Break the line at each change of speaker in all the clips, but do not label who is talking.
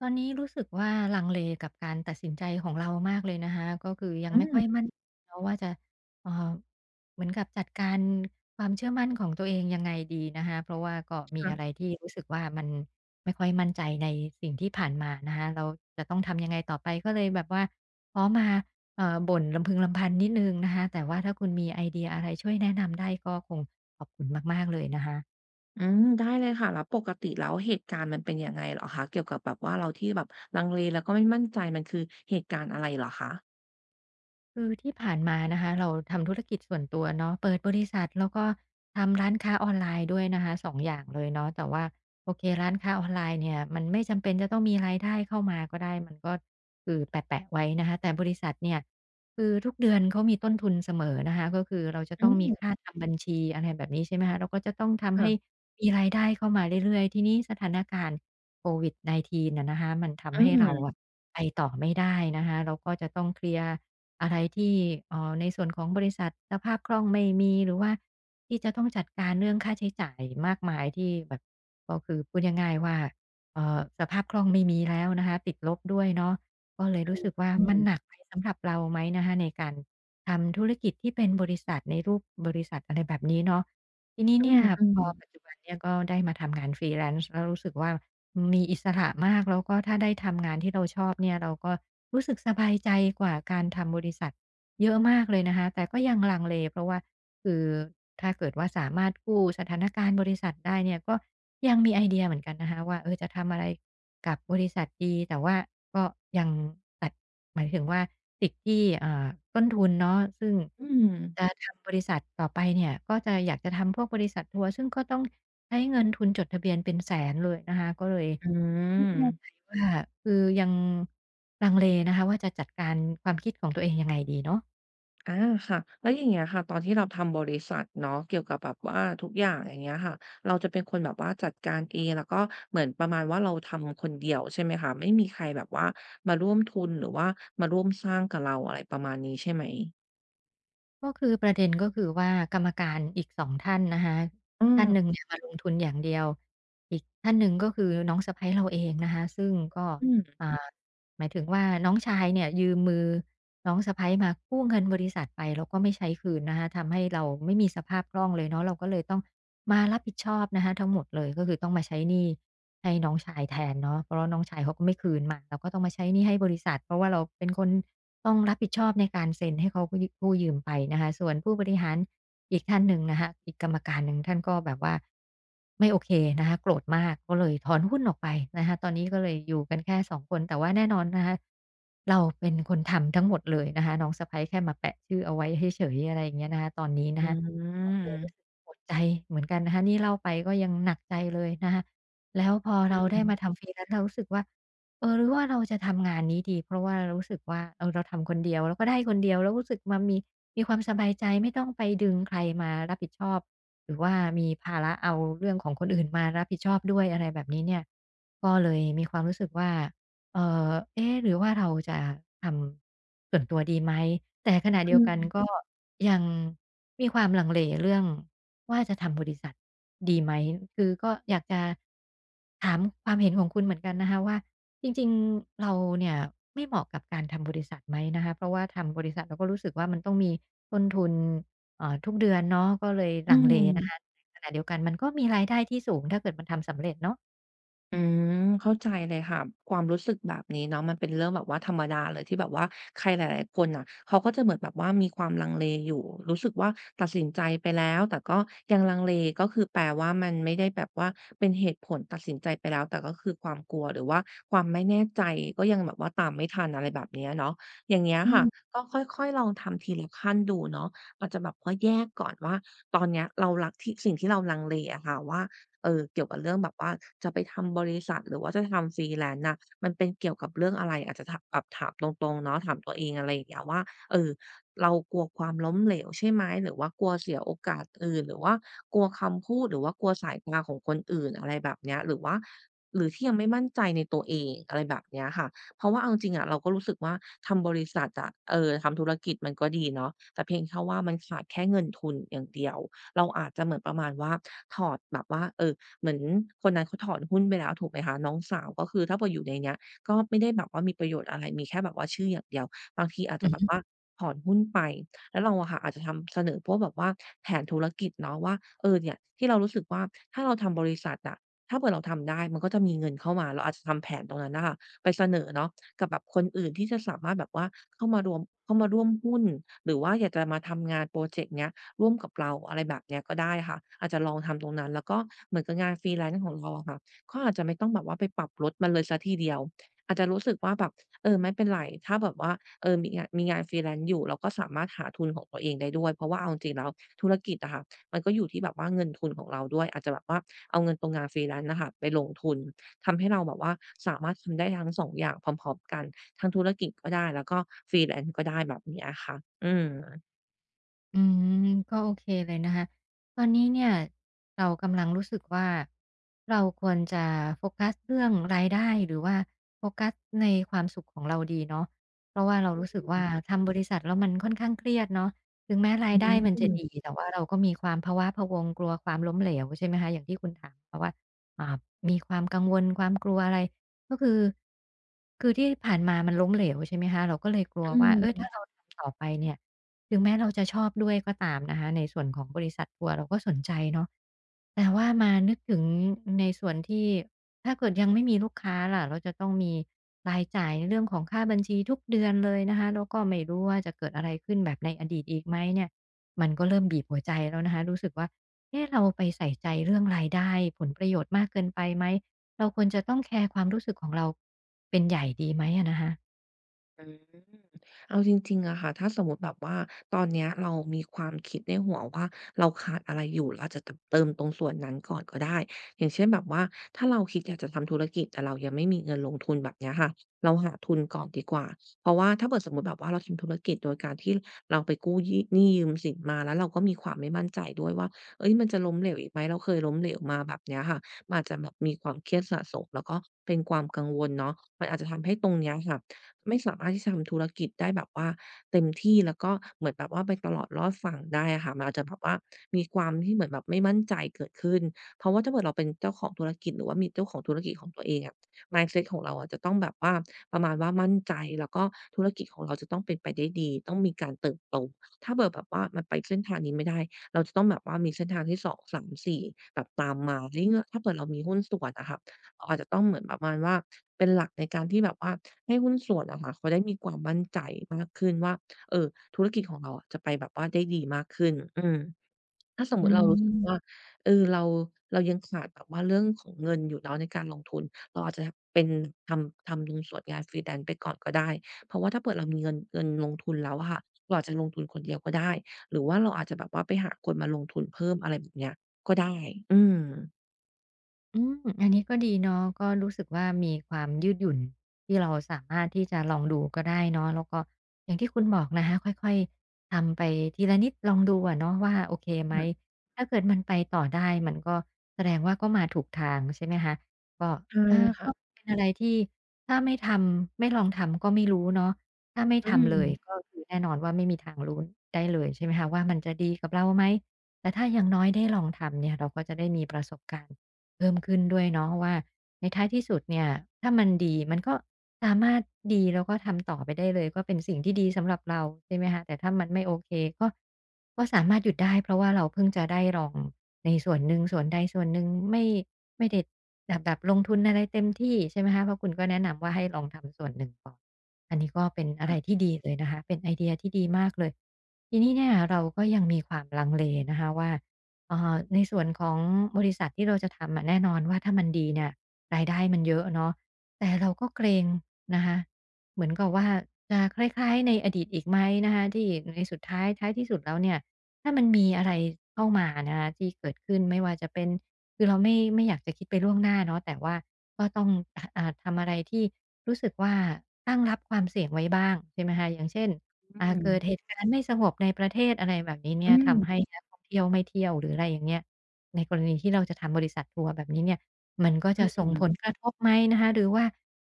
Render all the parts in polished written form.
ตอนนี้รู้สึกว่าลังเลกับการตัดสินใจของเรามากเลยนะคะก็คือยัง
อื
ไม่ค่อย
ม
มั่นเนาะว่าจะเอ่อเหมือนกับจัดการความเชื่อมั่นของตัวเองยังไงดีนะคะเพราะว่าก็มีอะไร
ค่ะ
ที่รู้สึกว่ามันไม่ค่อยมั่นใจในสิ่งที่ผ่านมานะคะเราจะต้องทำยังไงต่อไปก็เลยแบบว่าขอมาบ่นรำพึงรำพันนิดหนึ่งนะคะแต่ว่าถ้าคุณมีไอเดียอะไรช่วยแนะนำได้ก็คงขอบคุณมากๆเลยนะคะ
อืมได้เลยค่ะแล้วปกติแล้วเหตุการณ์มันเป็นยังไงเหรอคะเกี่ยวกับแบบว่าเราที่แบบลังเลแล้วก็ไม่มั่นใจมันคือเหตุการณ์อะไรเหรอคะ
คือที่ผ่านมานะคะเราทำธุรกิจส่วนตัวเนาะเปิดบริษัทแล้วก็ทำร้านค้าออนไลน์ด้วยนะคะ2องอย่างเลยเนาะแต่ว่าโอเคร้านค้าออนไลน์เนี่ยมันไม่จำเป็นจะต้องมีรายได้เข้ามาก็ได้มันก็คือแปะๆไว้นะคะแต่บริษัทเนี่ยคือทุกเดือนเขามีต้นทุนเสมอนะคะก็คือเราจะ
อื
ต้องมี
ม
ค่าทำบัญชีอะไรแบบนี้ใช่ไหมคะเราก็จะต้องทำให้
ค่ะ
มีรายได้เข้ามาเรื่อยๆทีนี้สถานการณ์โควิด -19 อะนะคะมัน
อื
ทำให้เราอะ
ม
ไปต่อไม่ได้นะคะเราก็จะต้องเคลียร์ อะไรที่ในส่วนของบริษัทสภาพคล่องไม่มีหรือว่าที่จะต้องจัดการเรื่องค่าใช้จ่ายมากมายที่แบบก็คือพูดง่ายๆว่าสภาพคล่องไม่มีแล้วนะคะติดลบด้วยเนาะก็เลยรู้สึกว่า
อื
มั
ม
นหนักไปสำหรับเราไหมนะคะในการทำธุรกิจที่เป็นบริษัทในรูปบริษัทอะไรแบบนี้เนาะทีนี้
อื
เนี่
ม
ย
อืม
พอปัจจุบันเนี่ยก็ได้มาทำงาน Freelance แล้วรู้สึกว่า มีอิสระมากแล้วก็ถ้าได้ทำงานที่เราชอบเนี่ยเราก็รู้สึกสบายใจกว่าการทำบริษัทเยอะมากเลยนะคะแต่ก็ยังลังเลเพราะว่าคือถ้าเกิดว่าสามารถกู้สถานการณ์บริษัทได้เนี่ยก็ยังมีไอเดียเหมือนกันนะคะว่าเออจะทำอะไรกับบริษัทดีแต่ว่าก็ยังตัดหมายถึงว่าติดที่ต้นทุนเนาะซึ่ง
อืม
จะทำบริษัทต่อไปเนี่ยก็จะอยากจะทำพวกบริษัททัวร์ซึ่งก็ต้อง ใช้เงินทุนจดทะเบียนเป็นแสนเลยนะคะก็เลย
อื
ไม่แน่ใจ
ม
ว่าคือยังลังเลนะคะว่าจะจัดการความคิดของตัวเองยังไงดีเนาะ
อาค่ะแล้วอย่างเงี้ยค่ะตอนที่เราทำบริษัทเนาะเกี่ยวกับแบบว่าทุกอย่างอย่างเงี้ยค่ะเราจะเป็นคนแบบว่าจัดการเองแล้วก็เหมือนประมาณว่าเราทำคนเดียวใช่ไหมคะไม่มีใครแบบว่ามาร่วมทุนหรือว่ามาร่วมสร้างกับเราอะไรประมาณนี้ใช่ไหม
ก็คือประเด็นก็คือว่ากรรมการอีกสองท่านนะคะ
อืม
ท่านหนึ่งเนี่ยมาลงทุนอย่างเดียวอีกท่านหนึ่งก็คือน้องสะใภ้เราเองนะคะซึ่งก็
อืม
อ่าหมายถึงว่าน้องชายเนี่ยยืมมือน้องสะใภ้มากู้เงินบริษัทไปแล้วก็ไม่ใช้คืนนะคะทำให้เราไม่มีสภาพคล่องเลยเนาะเราก็เลยต้องมารับผิดชอบนะคะทั้งหมดเลยก็คือต้องมาใช้หนี้ให้น้องชายแทนเนาะเพราะว่าน้องชายเขาก็ไม่คืนมาเราก็ต้องมาใช้หนี้ให้บริษัทเพราะว่าเราเป็นคน ต้องรับผิดชอบในการเซ็นให้เขากู้ยืมไปนะคะส่วนผู้บริหารอีกท่านหนึ่งนะคะอีกกรรมการหนึ่งท่านก็แบบว่าไม่โอเคนะคะโกรธมากก็เลยถอนหุ้นออกไปนะคะตอนนี้ก็เลยอยู่กันแค่2คนแต่ว่าแน่นอนนะคะเราเป็นคนทำทั้งหมดเลยนะคะน้องสะใภ้แค่มาแปะชื่อเอาไว้เฉยๆอะไรอย่างเงี้ยนะคะตอนนี้
อื
นะคะก็
ม
เลยรู้สึกปวดใจเหมือนกันนะคะนี่เล่าไปก็ยังหนักใจเลยนะคะแล้วพอ
อื
เราได้
ม
มาทำฟรี e e l เรารู้สึกว่า เออหรือว่าเราจะทำงานนี้ดีเพราะว่ารู้สึกว่าเออเราทำคนเดียวแล้วก็ได้คนเดียวแล้วรู้สึกมามีความสบายใจไม่ต้องไปดึงใครมารับผิดชอบหรือว่ามีภาระเอาเรื่องของคนอื่นมารับผิดชอบด้วยอะไรแบบนี้เนี่ยก็เลยมีความรู้สึกว่าเอ่อเอ๊ะหรือว่าเราจะทำส่วนตัวดีไหมแต่ขณะ
อื
เดียวกัน
ม
ก็ยังมีความลังเลเรื่องว่าจะทำบริษัทดีไหมคือก็อยากจะถามความเห็นของคุณเหมือนกันนะคะว่า จริงๆ เราเนี่ยไม่เหมาะกับการทำบริษัทไหมนะคะเพราะว่าทำบริษัทเราก็รู้สึกว่ามันต้องมีต้นทุนทุกเดือนเนาะก็เลย
อื
ลังเล
ม
นะคะในขณะเดียวกันมันก็มีรายได้ที่สูงถ้าเกิดมันทำสำเร็จเนาะ
อืมเข้าใจเลยค่ะความรู้สึกแบบนี้เนาะมันเป็นเรื่องแบบว่าธรรมดาเลยที่แบบว่าใครหลายๆคนน่ะเขาก็จะเหมือนแบบว่ามีความลังเลอยู่รู้สึกว่าตัดสินใจไปแล้วแต่ก็ยังลังเลก็คือแปลว่ามันไม่ได้แบบว่าเป็นเหตุผลตัดสินใจไปแล้วแต่ก็คือความกลัวหรือว่าความไม่แน่ใจก็ยังแบบว่าตามไม่ทันอะไรแบบเนี้ยเนาะอย่างเงี้ย
อื
ค่ะ
ม
ก็ค่อยๆลองทำทีละขั้นดูเนาะอาจจะแบบว่าแยกก่อนว่าตอนเนี้ยเรารักที่สิ่งที่เราลังเลอะค่ะว่า เออเกี่ยวกับเรื่องแบบว่าจะไปทำบริษัทหรือว่าจะทำ freelance น่ะมันเป็นเกี่ยวกับเรื่องอะไรอาจจะถามแบบถามตรงๆเนาะถามตัวเองอะไรอย่างเงี้ยว่าเออเรากลัวความล้มเหลวใช่ไหมหรือว่ากลัวเสียโอกาสอื่นหรือว่ากลัวคำพูดหรือว่ากลัวสายตาของคนอื่นอะไรแบบเนี้ยหรือว่าหรือที่ยังไม่มั่นใจในตัวเองอะไรแบบเนี้ยค่ะเพราะว่าเอาจริงๆอะเราก็รู้สึกว่าทำบริษัทอะเออทำธุรกิจมันก็ดีเนาะแต่เพียงแค่ว่ามันขาดแค่เงินทุนอย่างเดียว เราอาจจะเหมือนประมาณว่าถอดแบบว่าเออเหมือนคนนั้นเขาถอนหุ้นไปแล้วถูกไหมคะน้องสาวก็คือถ้าเผื่ออยู่ในเนี้ยก็ไม่ได้แบบว่ามีประโยชน์อะไรมีแค่แบบว่าชื่ออย่างเดียวบางทีอาจจะแบบว่าถอนหุ้นไปแล้วเราอะค่ะอาจจะทำเสนอพวกแบบว่าแผนธุรกิจเนาะว่าเออเนี่ยที่เรารู้สึกว่าถ้าเราทำบริษัทอะถ้าเผื่อเราทำได้มันก็จะมีเงินเข้ามาเราอาจจะทำแผนตรงนั้นน่ะค่ะไปเสนอเนาะกับแบบคนอื่นที่จะสามารถแบบว่าเข้ามารวมเข้ามาร่วมหุ้นหรือว่าอยากจะมาทำงานพรอเจกต์เนี้ย ร่วมกับเราอะไรแบบเนี้ยก็ได้ค่ะอาจจะลองทำตรงนั้นแล้วก็เหมือนกับงาน freelance ของเราอะค่ะก็อาจจะไม่ต้องแบบว่าไปปรับลดมันเลยเสียทีเดียวอาจจะรู้สึกว่าแบบเออไม่เป็นไรถ้าแบบว่าเออมีงาน freelance อยู่เราก็สามารถหาทุนของตัวเองได้ด้วยเพราะว่าเอาจริงๆแล้วธุรกิจอะค่ะมันก็อยู่ที่แบบว่าเงินทุนของเราด้วยอาจจะแบบว่าเอาเงินตรงงาน freelance น่ะค่ะไปลงทุนทำให้เราแบบว่าสามารถทำได้ทั้ง2องอย่างพร้อมๆกันทั้งธุรกิจก็ได้แล้วก็ freelance ก็ได้แบบเนี้ยค่ะอืม
อืมก็โอเคเลยนะคะตอนนี้เนี่ยเรากำลังรู้สึกว่าเราควรจะโฟกัสเรื่องรายได้หรือว่าโฟกัสในความสุขของเราดีเนาะเพราะว่าเรารู้สึกว่าทำบริษัทแล้วมันค่อนข้างเครียดเนาะถึงแม้รา
อื
ยได้มันจะ
ม
ดีแต่ว่าเราก็มีความพะว้าพะวังกลัวความล้มเหลวใช่ไหมคะอย่างที่คุณถามมาว่าอ่ามีความกังวลความกลัวอะไรก็คือที่ผ่านมามันล้มเหลวใช่ไหมคะเราก็เลยกลัว
อื
ว่า
ม
เอ๊ยถ้าเราทำต่อไปเนี่ย ถึงแม้เราจะชอบด้วยก็ตามนะคะในส่วนของบริษัททัวร์เราก็สนใจเนาะแต่ว่ามานึกถึงในส่วนที่ถ้าเกิดยังไม่มีลูกค้าล่ะเราจะต้องมีรายจ่ายในเรื่องของค่าบัญชีทุกเดือนเลยนะคะแล้วก็ไม่รู้ว่าจะเกิดอะไรขึ้นแบบในอดีตอีกไหมเนี่ยมันก็เริ่มบีบหัวใจแล้วนะคะรู้สึกว่าเอ๊ะเราไปใส่ใจเรื่องรายได้ผลประโยชน์มากเกินไปไหมเราควรจะต้องแคร์ความรู้สึกของเราเป็นใหญ่ดีไหมอะนะคะ
อืมเอาจริงๆอะค่ะถ้าสมมุติแบบว่าตอนเนี้ยเรามีความคิดในหัวว่าเราขาดอะไรอยู่เราอาจจะตเติมตรงส่วนนั้นก่อนก็ได้อย่างเช่นแบบว่าถ้าเราคิดอยากจะทำธุรกิจแต่เรายังไม่มีเงินลงทุนแบบเนี้ยค่ะเราหาทุนก่อนดีกว่าเพราะว่าถ้าเกิดสมมุติแบบว่าเราทำธุรกิจโดยการที่เราไปกู้ยี่หนี้ยืมสินมาแล้วเราก็มีความไม่มั่นใจด้วยว่าเอ้ยมันจะล้มเหลวอีกไหมเราเคยล้มเหลวมาแบบเนี้ยค่ะมันอาจจะแบบมีความเครียดสะสมแล้วก็เป็นความกังวลเนาะมันอาจจะทำให้ตรงเนี้ยค่ะ ไม่สามารถที่จะทำธุรกิจได้แบบว่าเต็มที่แล้วก็เหมือนแบบว่าไปตลอดรอดฝั่งได้อะค่ะมันอาจจะแบบว่ามีความที่เหมือนแบบไม่มั่นใจเกิดขึ้นเพราะว่าถ้าเกิดเราเป็นเจ้าของธุรกิจหรือว่ามีเจ้าของธุรกิจของตัวเองอะ mindset ของเราอะจะต้องแบบว่าประมาณว่ามั่นใจแล้วก็ธุรกิจของเราจะต้องเป็นไปได้ดีต้องมีการเติบโตถ้าเกิดแบบว่ามันไปเส้นทางนี้ไม่ได้เราจะต้องแบบว่ามีเส้นทางที่สองสามสี่แบบตามมายิ่งถ้าเกิดเรามีหุ้นส่วนอะค่ะเราอาจจะต้องเหมือนประมาณว่าเป็นหลักในการที่แบบว่า ให้หุ้นส่วนอะค่ะเขาได้มีความมั่นใจมากขึ้นว่าเออธุรกิจของเราอะจะไปแบบว่าได้ดีมากขึ้นอืมถ้าสม
อื
มุติเรารู้สึกว่า
ม
เออเรายังขาดแบบว่าเรื่องของเงินอยู่เนาะในการลงทุนเราอาจจะเป็นทำตรงส่วนงาน Freelance ไปก่อนก็ได้เพราะว่าถ้าเผื่อเรามีเงินลงทุนแล้วอะค่ะเราอาจจะลงทุนคนเดียวก็ได้หรือว่าเราอาจจะแบบว่าไปหาคนมาลงทุนเพิ่มอะไรแบบเนี้ยก็ได้อืม
อืมอันนี้ก็ดีเนาะก็รู้สึกว่ามีความยืดหยุ่นที่เราสามารถที่จะลองดูก็ได้เนาะแล้วก็อย่างที่คุณบอกนะคะค่อยๆทำไปทีละนิดลองดูอะเนาะว่าโอเคไหม
ค่ะ
ถ้าเกิดมันไปต่อได้มันก็แสดงว่าก็มาถูกทางใช่ไหมคะก็
ใช่
อา
ค่ะ
ก็เป็นอะไรที่ถ้าไม่ทำไม่ลองทำก็ไม่รู้เนาะถ้าไม่
อื
ทำเลยก็
ม
คือแน่นอนว่าไม่มีทางรู้ได้เลยใช่ไหมคะว่ามันจะดีกับเราไหมแต่ถ้าอย่างน้อยได้ลองทำเนี่ยเราก็จะได้มีประสบการณ์ เพิ่มขึ้นด้วยเนาะว่าในท้ายที่สุดเนี่ยถ้ามันดีมันก็สามารถดีแล้วก็ทำต่อไปได้เลยก็เป็นสิ่งที่ดีสำหรับเราใช่ไหมคะแต่ถ้ามันไม่โอเคก็ก็สามารถหยุดได้เพราะว่าเราเพิ่งจะได้ลองในส่วนหนึ่งส่วนใดส่วนหนึ่งไม่ได้แบบลงทุนอะไรเต็มที่ใช่ไหมคะเพราะคุณก็แนะนำว่าให้ลองทำส่วนหนึ่งก่อนอันนี้ก็เป็นอะไร
ค่ะ
ที่ดีเลยนะคะเป็นไอเดียที่ดีมากเลยทีนี้เนี่ยเราก็ยังมีความลังเลนะคะว่า อ่าในส่วนของบริษัทที่เราจะทำอะแน่นอนว่าถ้ามันดีเนี่ยรายได้มันเยอะเนาะแต่เราก็เกรงนะคะเหมือนกับว่าจะคล้ายๆในอดีตอีกไหมนะคะที่ในสุดท้ายท้ายที่สุดแล้วเนี่ยถ้ามันมีอะไรเข้ามานะคะที่เกิดขึ้นไม่ว่าจะเป็นคือเราไม่อยากจะคิดไปล่วงหน้าเนาะแต่ว่าก็ต้องอ่าทำอะไรที่รู้สึกว่าตั้งรับความเสี่ยงไว้บ้างใช่ไหมคะอย่างเช่น
อื
อ่า
ม
เกิดเหตุการณ์ไม่สงบในประเทศอะไรแบบนี้
อื
เนี่ยทำให้
ม
นักท่องเที่ยวไม่เที่ยวหรืออะไรอย่างเงี้ยในกรณีที่เราจะทำบริษัททัวร์แบบนี้เนี่ยมันก็
อื
จะส่งผล
ม
กระทบไหมนะคะหรือว่า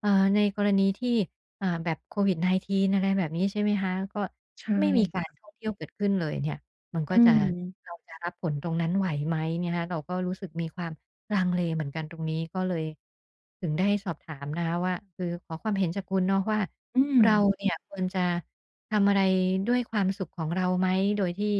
เอ่อในกรณีที่อ่าแบบโควิด -19 อะไรแบบนี้ใช่ไหมคะก็
ใช่
ไม่มีการท่องเที่ยวเกิดขึ้นเลยเนี่ยมัน
อื
ก็จะ
ม
เราจะรับผลตรงนั้นไหวไหมเนี่ยนะคะเราก็รู้สึกมีความ ลังเลเหมือนกันตรงนี้ก็เลยถึงได้สอบถามนะคะว่าคือขอความเห็นจากคุณเนาะว่า
อืม
เราเนี่ยควรจะทำอะไรด้วยความสุขของเราไหมโดยที่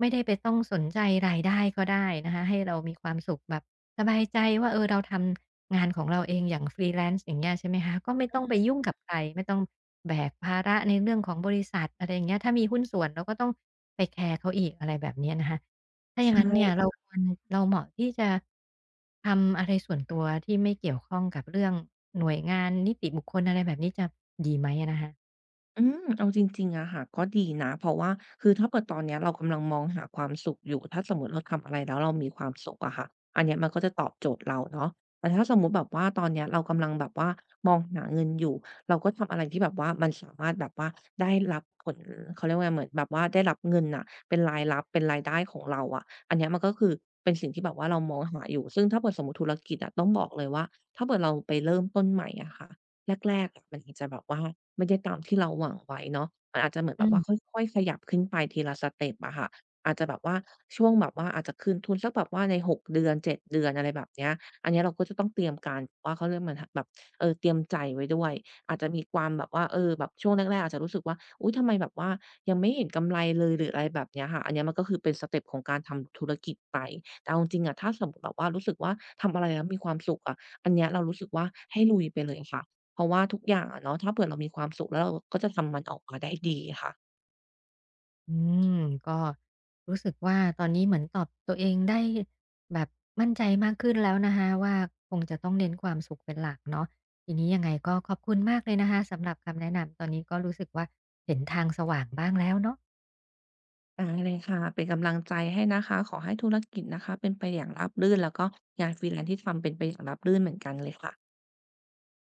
ไม่ได้ไปต้องสนใจรายได้ก็ได้นะคะให้เรามีความสุขแบบสบายใจว่าเออเราทำงานของเราเองอย่าง Freelance อย่างเงี้ยใช่ไหมคะก็ไม่
อื
ต้องไป
ม
ยุ่งกับใครไม่ต้องแบกภาระในเรื่องของบริษัทอะไรอย่างเงี้ยถ้ามีหุ้นส่วนเราก็ต้องไปแคร์เขาอีกอะไรแบบเนี้ยนะคะ ถ้าอย่า
ใช่
งนั้นเนี่ยเราควรเราเหมาะที่จะทำอะไรส่วนตัวที่ไม่เกี่ยวข้องกับเรื่องหน่วยงานนิติบุคคลอะไรแบบนี้จะดีไหมอะนะคะ
อืมเอาจริงๆอะค่ะก็ดีนะเพราะว่าคือถ้าเกิดตอนเนี้ยเรากำลังมองหาความสุขอยู่ถ้าสมมุติเราทำอะไรแล้วเรามีความสุขอะค่ะอันเนี้ยมันก็จะตอบโจทย์เราเนาะแต่ถ้าสมมุติแบบว่าตอนเนี้ยเรากำลังแบบว่ามองหาเงินอยู่เราก็ทำอะไรที่แบบว่ามันสามารถแบบว่าได้รับผลเขาเรียกว่าไงเหมือนแบบว่าได้รับเงินน่ะเป็นรายรับเป็นรายได้ของเราอะอันเนี้ยมันก็คือเป็นสิ่งที่แบบว่าเรามองหาอยู่ซึ่งถ้าเกิดสมมุติธุรกิจอะต้องบอกเลยว่าถ้าเกิดเราไปเริ่มต้นใหม่อะค่ะ แรกๆอะมันอาจจะแบบว่าไม่ได้ตามที่เราหวังไว้เนาะมันอาจจะเหมือนแบ
อื
บว่า
ม
ค่อยๆขยับขึ้นไปทีละสเต็ปอะค่ะอาจจะแบบว่าช่วงแบบว่าอาจจะคืนทุนสักแบบว่าใน6เดือน7เดือนอะไรแบบเนี้ยอันเนี้ยเราก็จะต้องเตรียมการว่าเขาเรียกมันหแบบเออเตรียมใจไว้ด้วยอาจจะมีความแบบว่าเออแบบช่วงแรกๆอาจจะรู้สึกว่าอุ๊ยทำไมแบบว่ายังไม่เห็นกำไรเลยหรืออะไรแบบเนี้ยค่ะอันเนี้ยมันก็คือเป็นสเต็ปของการทำธุรกิจไปแต่เอาจริงๆอะถ้าสมมุติแบบว่ารู้สึกว่าทำอะไรแล้วมีความสุขอะอันเนี้ยเรารู้สึกว่าให้ลุยไปเลยค่ะ เพราะว่าทุกอย่างอะเนาะถ้าเผื่อเรามีความสุขแล้วเราก็จะทำมันออกมาได้ดีค่ะ
อืมก็รู้สึกว่าตอนนี้เหมือนตอบตัวเองได้แบบมั่นใจมากขึ้นแล้วนะคะว่าคงจะต้องเน้นความสุขเป็นหลักเนาะทีนี้ยังไงก็ขอบคุณมากเลยนะคะสำหรับคำแนะนำตอนนี้ก็รู้สึกว่าเห็นทางสว่างบ้างแล้วเนาะ
ได้เลยค่ะเป็นกำลังใจให้นะคะขอให้ธุรกิจนะคะเป็นไปอย่างราบรื่นแล้วก็งาน Freelance ที่ทำเป็นไปอย่างราบรื่นเหมือนกันเลยค่ะ